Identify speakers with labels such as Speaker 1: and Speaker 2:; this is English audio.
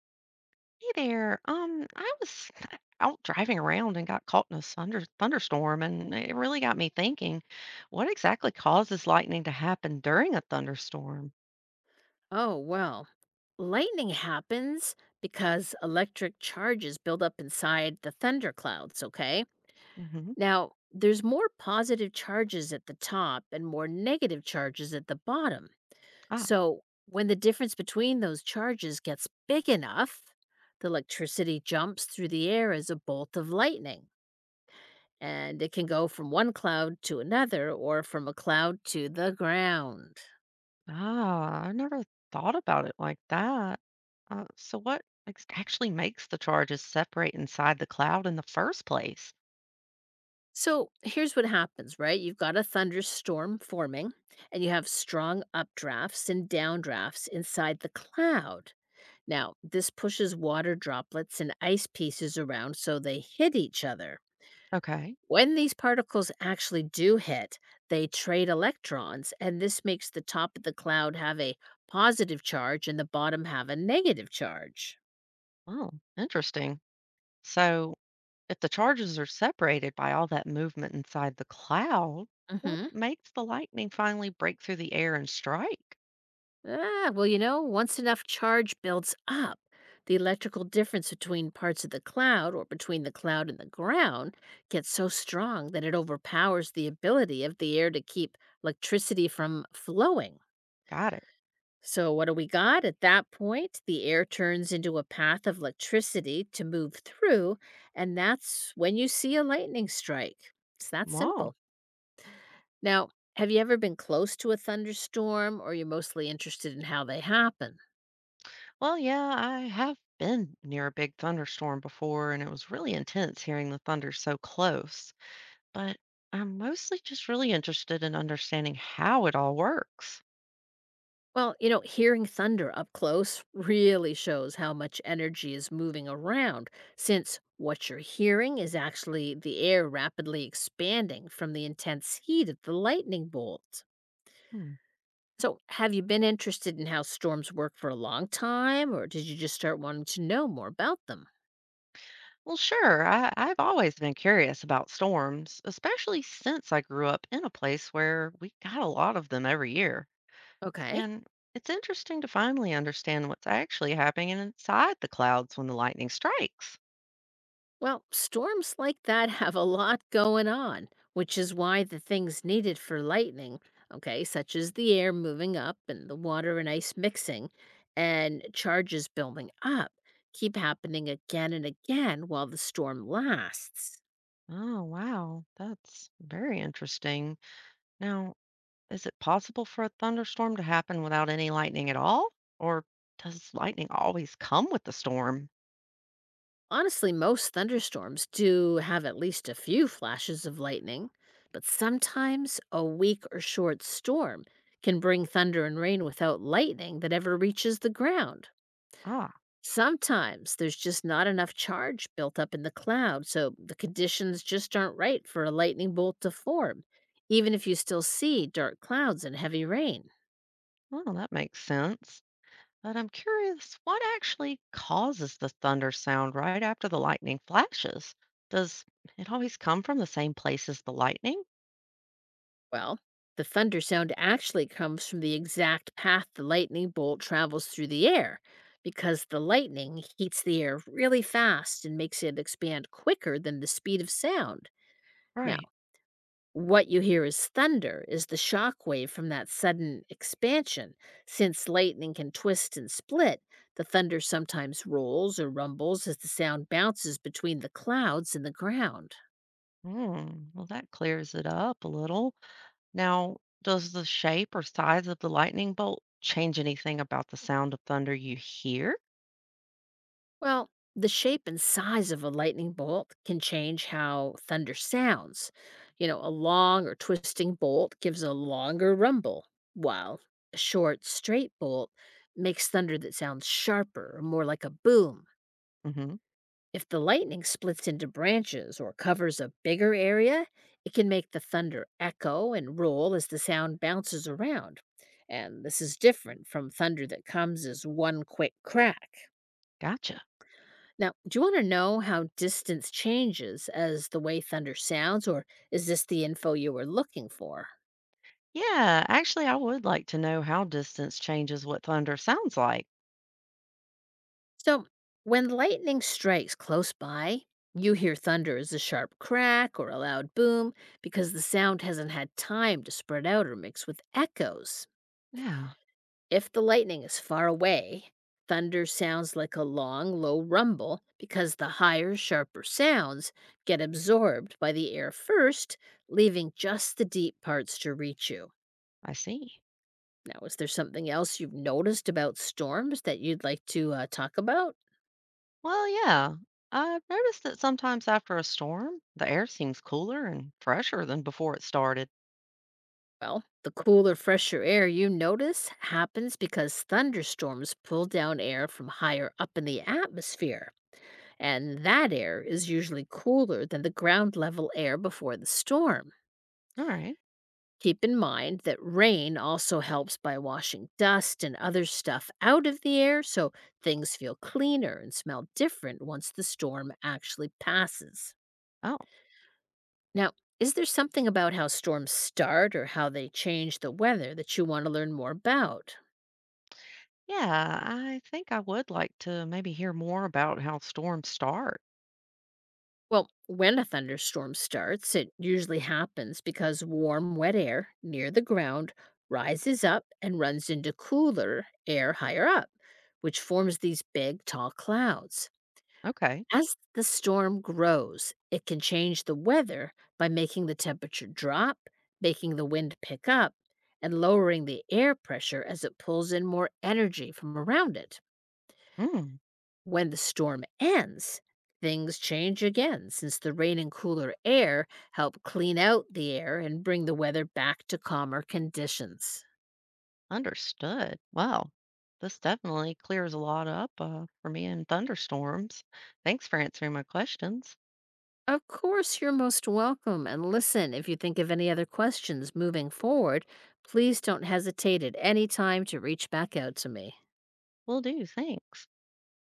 Speaker 1: Hey there. I was out driving around and got caught in a thunderstorm, and it really got me thinking, what exactly causes lightning to happen during a thunderstorm?
Speaker 2: Oh, well, lightning happens because electric charges build up inside the thunderclouds, okay?
Speaker 1: Hmm.
Speaker 2: Now, there's more positive charges at the top and more negative charges at the bottom.
Speaker 1: Ah,
Speaker 2: So, when the difference between those charges gets big enough, the electricity jumps through the air as a bolt of lightning, and it can go from one cloud to another or from a cloud to the ground.
Speaker 1: ah, I never thought about it like that. So what ex actually makes the charges separate inside the cloud in the first place?
Speaker 2: So here's what happens, right? You've got a thunderstorm forming, and you have strong updrafts and downdrafts inside the cloud. Now, this pushes water droplets and ice pieces around so they hit each other.
Speaker 1: Okay.
Speaker 2: When these particles actually do hit, they trade electrons, and this makes the top of the cloud have a positive charge and the bottom have a negative charge.
Speaker 1: Oh, interesting. So if the charges are separated by all that movement inside the cloud, what
Speaker 2: Hmm.
Speaker 1: makes the lightning finally break through the air and strike?
Speaker 2: Ah, well, you know, once enough charge builds up, the electrical difference between parts of the cloud or between the cloud and the ground gets so strong that it overpowers the ability of the air to keep electricity from flowing.
Speaker 1: Got it.
Speaker 2: So, what do we got? At that point, the air turns into a path of electricity to move through, and that's when you see a lightning strike. It's that
Speaker 1: Wow.
Speaker 2: simple. Now, have you ever been close to a thunderstorm, or are you mostly interested in how they happen?
Speaker 1: Well, yeah, I have been near a big thunderstorm before, and it was really intense hearing the thunder so close. But I'm mostly just really interested in understanding how it all works.
Speaker 2: Well, you know, hearing thunder up close really shows how much energy is moving around, since what you're hearing is actually the air rapidly expanding from the intense heat of the lightning bolt.
Speaker 1: Hmm.
Speaker 2: So, have you been interested in how storms work for a long time, or did you just start wanting to know more about them?
Speaker 1: Well, sure, I've always been curious about storms, especially since I grew up in a place where we got a lot of them every year.
Speaker 2: Okay.
Speaker 1: And it's interesting to finally understand what's actually happening inside the clouds when the lightning strikes.
Speaker 2: Well, storms like that have a lot going on, which is why the things needed for lightning, okay, such as the air moving up and the water and ice mixing and charges building up, keep happening again and again while the storm lasts.
Speaker 1: Oh, wow. That's very interesting. Now, is it possible for a thunderstorm to happen without any lightning at all? Or does lightning always come with the storm?
Speaker 2: Honestly, most thunderstorms do have at least a few flashes of lightning, but sometimes a weak or short storm can bring thunder and rain without lightning that ever reaches the ground.
Speaker 1: Ah,
Speaker 2: Sometimes there's just not enough charge built up in the cloud, so the conditions just aren't right for a lightning bolt to form, even if you still see dark clouds and heavy rain.
Speaker 1: well, that makes sense. But I'm curious, what actually causes the thunder sound right after the lightning flashes? Does it always come from the same place as the lightning?
Speaker 2: Well, the thunder sound actually comes from the exact path the lightning bolt travels through the air, because the lightning heats the air really fast and makes it expand quicker than the speed of sound. Now,
Speaker 1: Right.
Speaker 2: what you hear as thunder is the shock wave from that sudden expansion. Since lightning can twist and split, the thunder sometimes rolls or rumbles as the sound bounces between the clouds and the ground.
Speaker 1: Mm, well, that clears it up a little. Now, does the shape or size of the lightning bolt change anything about the sound of thunder you hear?
Speaker 2: Well, the shape and size of a lightning bolt can change how thunder sounds. You know, a long or twisting bolt gives a longer rumble, while a short, straight bolt makes thunder that sounds sharper or more like a boom.
Speaker 1: Hmm.
Speaker 2: If the lightning splits into branches or covers a bigger area, it can make the thunder echo and roll as the sound bounces around. And this is different from thunder that comes as one quick crack.
Speaker 1: Gotcha.
Speaker 2: Now, do you want to know how distance changes as the way thunder sounds, or is this the info you were looking for?
Speaker 1: Yeah, actually, I would like to know how distance changes what thunder sounds like.
Speaker 2: So, when lightning strikes close by, you hear thunder as a sharp crack or a loud boom because the sound hasn't had time to spread out or mix with echoes.
Speaker 1: Yeah.
Speaker 2: If the lightning is far away, thunder sounds like a long, low rumble because the higher, sharper sounds get absorbed by the air first, leaving just the deep parts to reach you.
Speaker 1: I see.
Speaker 2: Now, is there something else you've noticed about storms that you'd like to talk about?
Speaker 1: Well, yeah, I've noticed that sometimes after a storm, the air seems cooler and fresher than before it started.
Speaker 2: Well, the cooler, fresher air you notice happens because thunderstorms pull down air from higher up in the atmosphere, and that air is usually cooler than the ground level air before the storm.
Speaker 1: All right.
Speaker 2: Keep in mind that rain also helps by washing dust and other stuff out of the air so things feel cleaner and smell different once the storm actually passes.
Speaker 1: Oh,
Speaker 2: Now, is there something about how storms start or how they change the weather that you want to learn more about?
Speaker 1: yeah, I think I would like to maybe hear more about how storms start.
Speaker 2: Well, when a thunderstorm starts, it usually happens because warm, wet air near the ground rises up and runs into cooler air higher up, which forms these big, tall clouds.
Speaker 1: Okay.
Speaker 2: As the storm grows, it can change the weather by making the temperature drop, making the wind pick up, and lowering the air pressure as it pulls in more energy from around it.
Speaker 1: Mm,
Speaker 2: When the storm ends, things change again since the rain and cooler air help clean out the air and bring the weather back to calmer conditions.
Speaker 1: understood. Wow. This definitely clears a lot up for me in thunderstorms. Thanks for answering my questions.
Speaker 2: Of course, you're most welcome. And listen, if you think of any other questions moving forward, please don't hesitate at any time to reach back out to me.
Speaker 1: Will do. Thanks.